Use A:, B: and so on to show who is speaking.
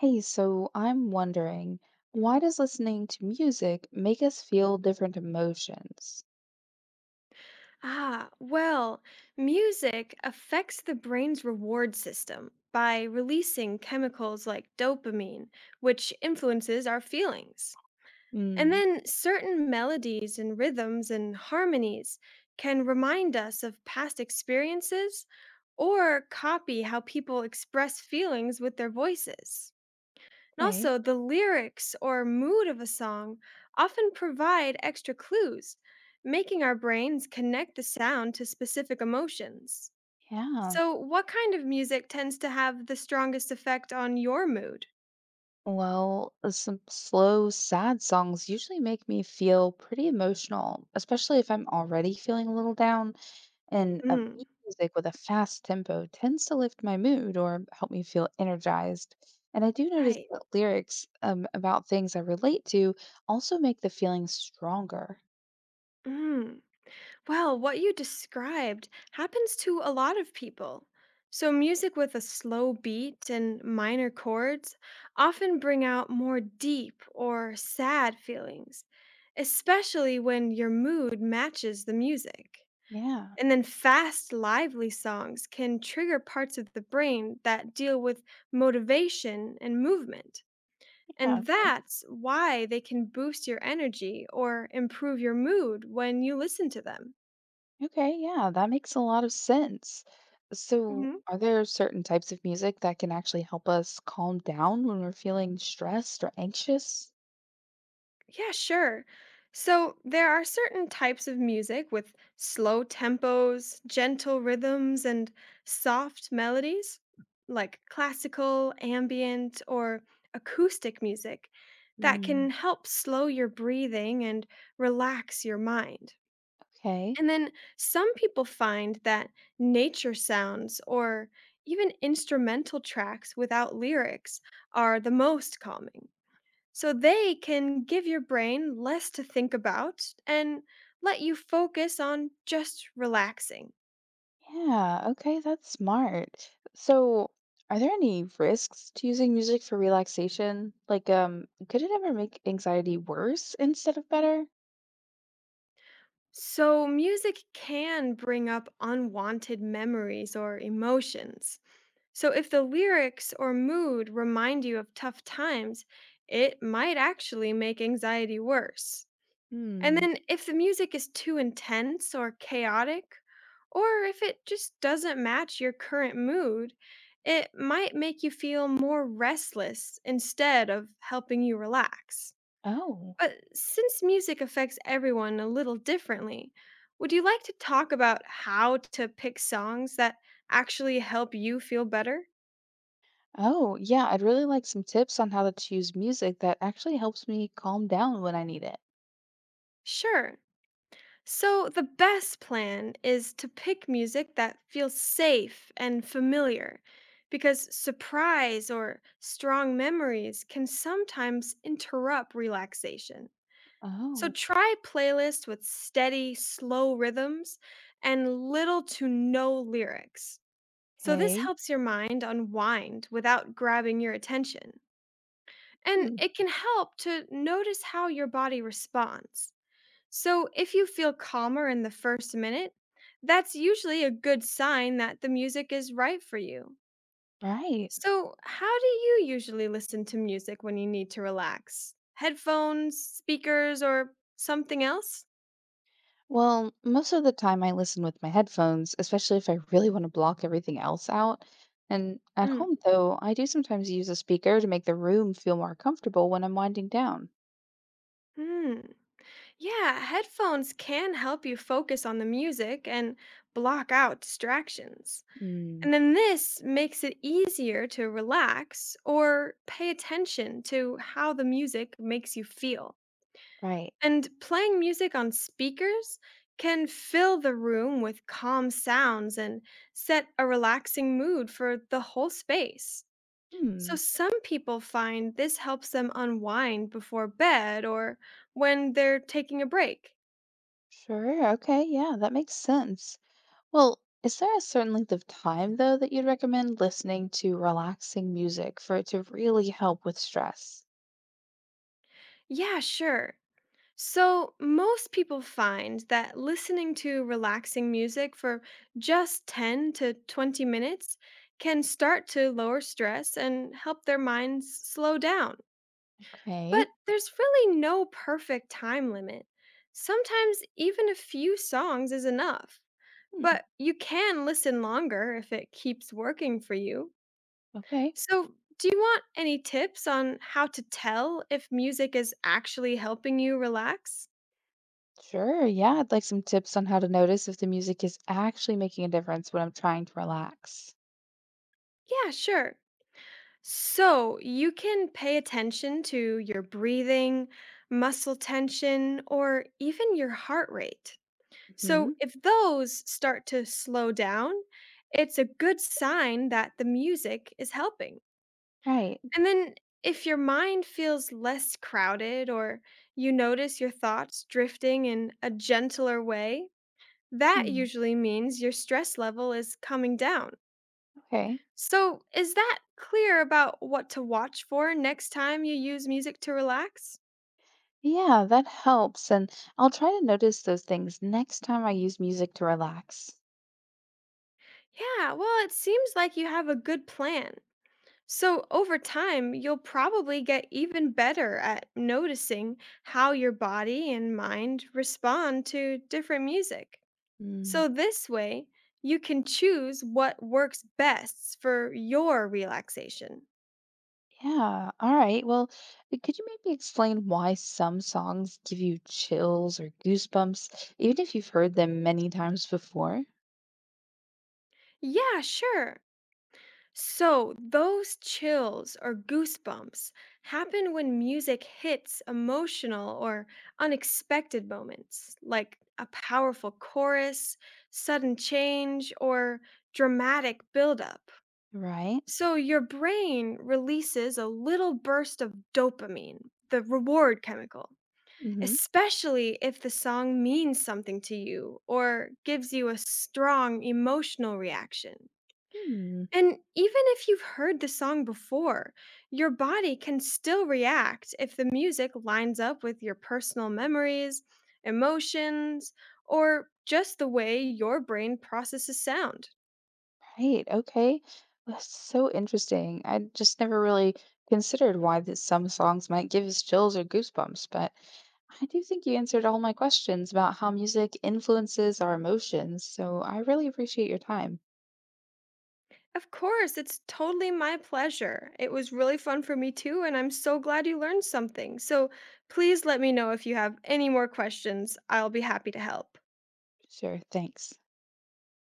A: Hey, so I'm wondering, why does listening to music make us feel different emotions?
B: Ah, well, music affects the brain's reward system by releasing chemicals like dopamine, which influences our feelings. And
A: Mm,
B: then certain melodies and rhythms and harmonies can remind us of past experiences or copy how people express feelings with their voices. And
A: okay.
B: also, the lyrics or mood of a song often provide extra clues, making our brains connect the sound to specific emotions.
A: Yeah,
B: So, what kind of music tends to have the strongest effect on your mood?
A: well, some slow, sad songs usually make me feel pretty emotional, especially if I'm already feeling a little down, and
B: Mm,
A: upbeat music with a fast tempo tends to lift my mood or help me feel energized. And I do notice
B: right.
A: that lyrics about things I relate to also make the feeling stronger.
B: Mm. Well, what you described happens to a lot of people. So, music with a slow beat and minor chords often bring out more deep or sad feelings, especially when your mood matches the music.
A: Yeah.
B: And then, fast, lively songs can trigger parts of the brain that deal with motivation and movement.
A: Yeah.
B: And
A: Okay.
B: that's why they can boost your energy or improve your mood when you listen to them.
A: Okay, yeah, that makes a lot of sense. So,
B: Mm-hmm.
A: are there certain types of music that can actually help us calm down when we're feeling stressed or anxious?
B: Yeah, sure. So there are certain types of music with slow tempos, gentle rhythms, and soft melodies, like classical, ambient, or acoustic music, that
A: Mm,
B: can help slow your breathing and relax your mind.
A: okay.
B: And then some people find that nature sounds or even instrumental tracks without lyrics are the most calming. So they can give your brain less to think about and let you focus on just relaxing.
A: Yeah, okay, that's smart. So, are there any risks to using music for relaxation? Like, could it ever make anxiety worse instead of better?
B: So, music can bring up unwanted memories or emotions. So, if the lyrics or mood remind you of tough times, it might actually make anxiety worse. And
A: Hmm.
B: then if the music is too intense or chaotic, or if it just doesn't match your current mood, it might make you feel more restless instead of helping you relax.
A: Oh.
B: But since music affects everyone a little differently, would you like to talk about how to pick songs that actually help you feel better?
A: Oh, yeah, I'd really like some tips on how to choose music that actually helps me calm down when I need it.
B: Sure. So, the best plan is to pick music that feels safe and familiar because surprise or strong memories can sometimes interrupt relaxation. So,
A: Oh.
B: try playlists with steady, slow rhythms and little to no lyrics. So, this
A: Okay.
B: helps your mind unwind without grabbing your attention. And
A: Hmm.
B: it can help to notice how your body responds. So, if you feel calmer in the first minute, that's usually a good sign that the music is right for you.
A: Right.
B: So, how do you usually listen to music when you need to relax? Headphones, speakers, or something else?
A: Well, most of the time I listen with my headphones, especially if I really want to block everything else out. And at
B: Mm,
A: home, though, I do sometimes use a speaker to make the room feel more comfortable when I'm winding down.
B: mm. Yeah, headphones can help you focus on the music and block out distractions.
A: Mm,
B: And then this makes it easier to relax or pay attention to how the music makes you feel.
A: right.
B: And playing music on speakers can fill the room with calm sounds and set a relaxing mood for the whole space. So,
A: Hmm.
B: some people find this helps them unwind before bed or when they're taking a break.
A: Sure. Okay. Yeah, that makes sense. Well, is there a certain length of time, though, that you'd recommend listening to relaxing music for it to really help with stress?
B: Yeah, sure. So, most people find that listening to relaxing music for just 10 to 20 minutes can start to lower stress and help their minds slow down. But
A: Okay.
B: there's really no perfect time limit. Sometimes even a few songs is enough,
A: Hmm.
B: but you can listen longer if it keeps working for you.
A: Okay.
B: So, do you want any tips on how to tell if music is actually helping you relax?
A: Sure, yeah, I'd like some tips on how to notice if the music is actually making a difference when I'm trying to relax.
B: Yeah, sure. So, you can pay attention to your breathing, muscle tension, or even your heart rate.
A: Hmm.
B: So if those start to slow down, it's a good sign that the music is helping.
A: Right.
B: And then if your mind feels less crowded or you notice your thoughts drifting in a gentler way, that
A: Hmm.
B: usually means your stress level is coming down.
A: Okay.
B: So, is that clear about what to watch for next time you use music to relax?
A: Yeah, that helps. And I'll try to notice those things next time I use music to relax.
B: Yeah, well, it seems like you have a good plan. So, over time, you'll probably get even better at noticing how your body and mind respond to different music.
A: Mm,
B: So, this way, you can choose what works best for your relaxation.
A: yeah. All right. Well, could you maybe explain why some songs give you chills or goosebumps, even if you've heard them many times before?
B: Yeah, sure. So, those chills or goosebumps happen when music hits emotional or unexpected moments, like a powerful chorus, sudden change, or dramatic buildup.
A: Right.
B: So, your brain releases a little burst of dopamine, the reward chemical,
A: Mm-hmm.
B: especially if the song means something to you or gives you a strong emotional reaction. And even if you've heard the song before, your body can still react if the music lines up with your personal memories, emotions, or just the way your brain processes sound.
A: Right. Okay. Well, that's so interesting. I just never really considered why that some songs might give us chills or goosebumps, but I do think you answered all my questions about how music influences our emotions. So I really appreciate your time.
B: Of course, it's totally my pleasure. It was really fun for me too, and I'm so glad you learned something. So please let me know if you have any more questions. I'll be happy to help.
A: Sure. Thanks.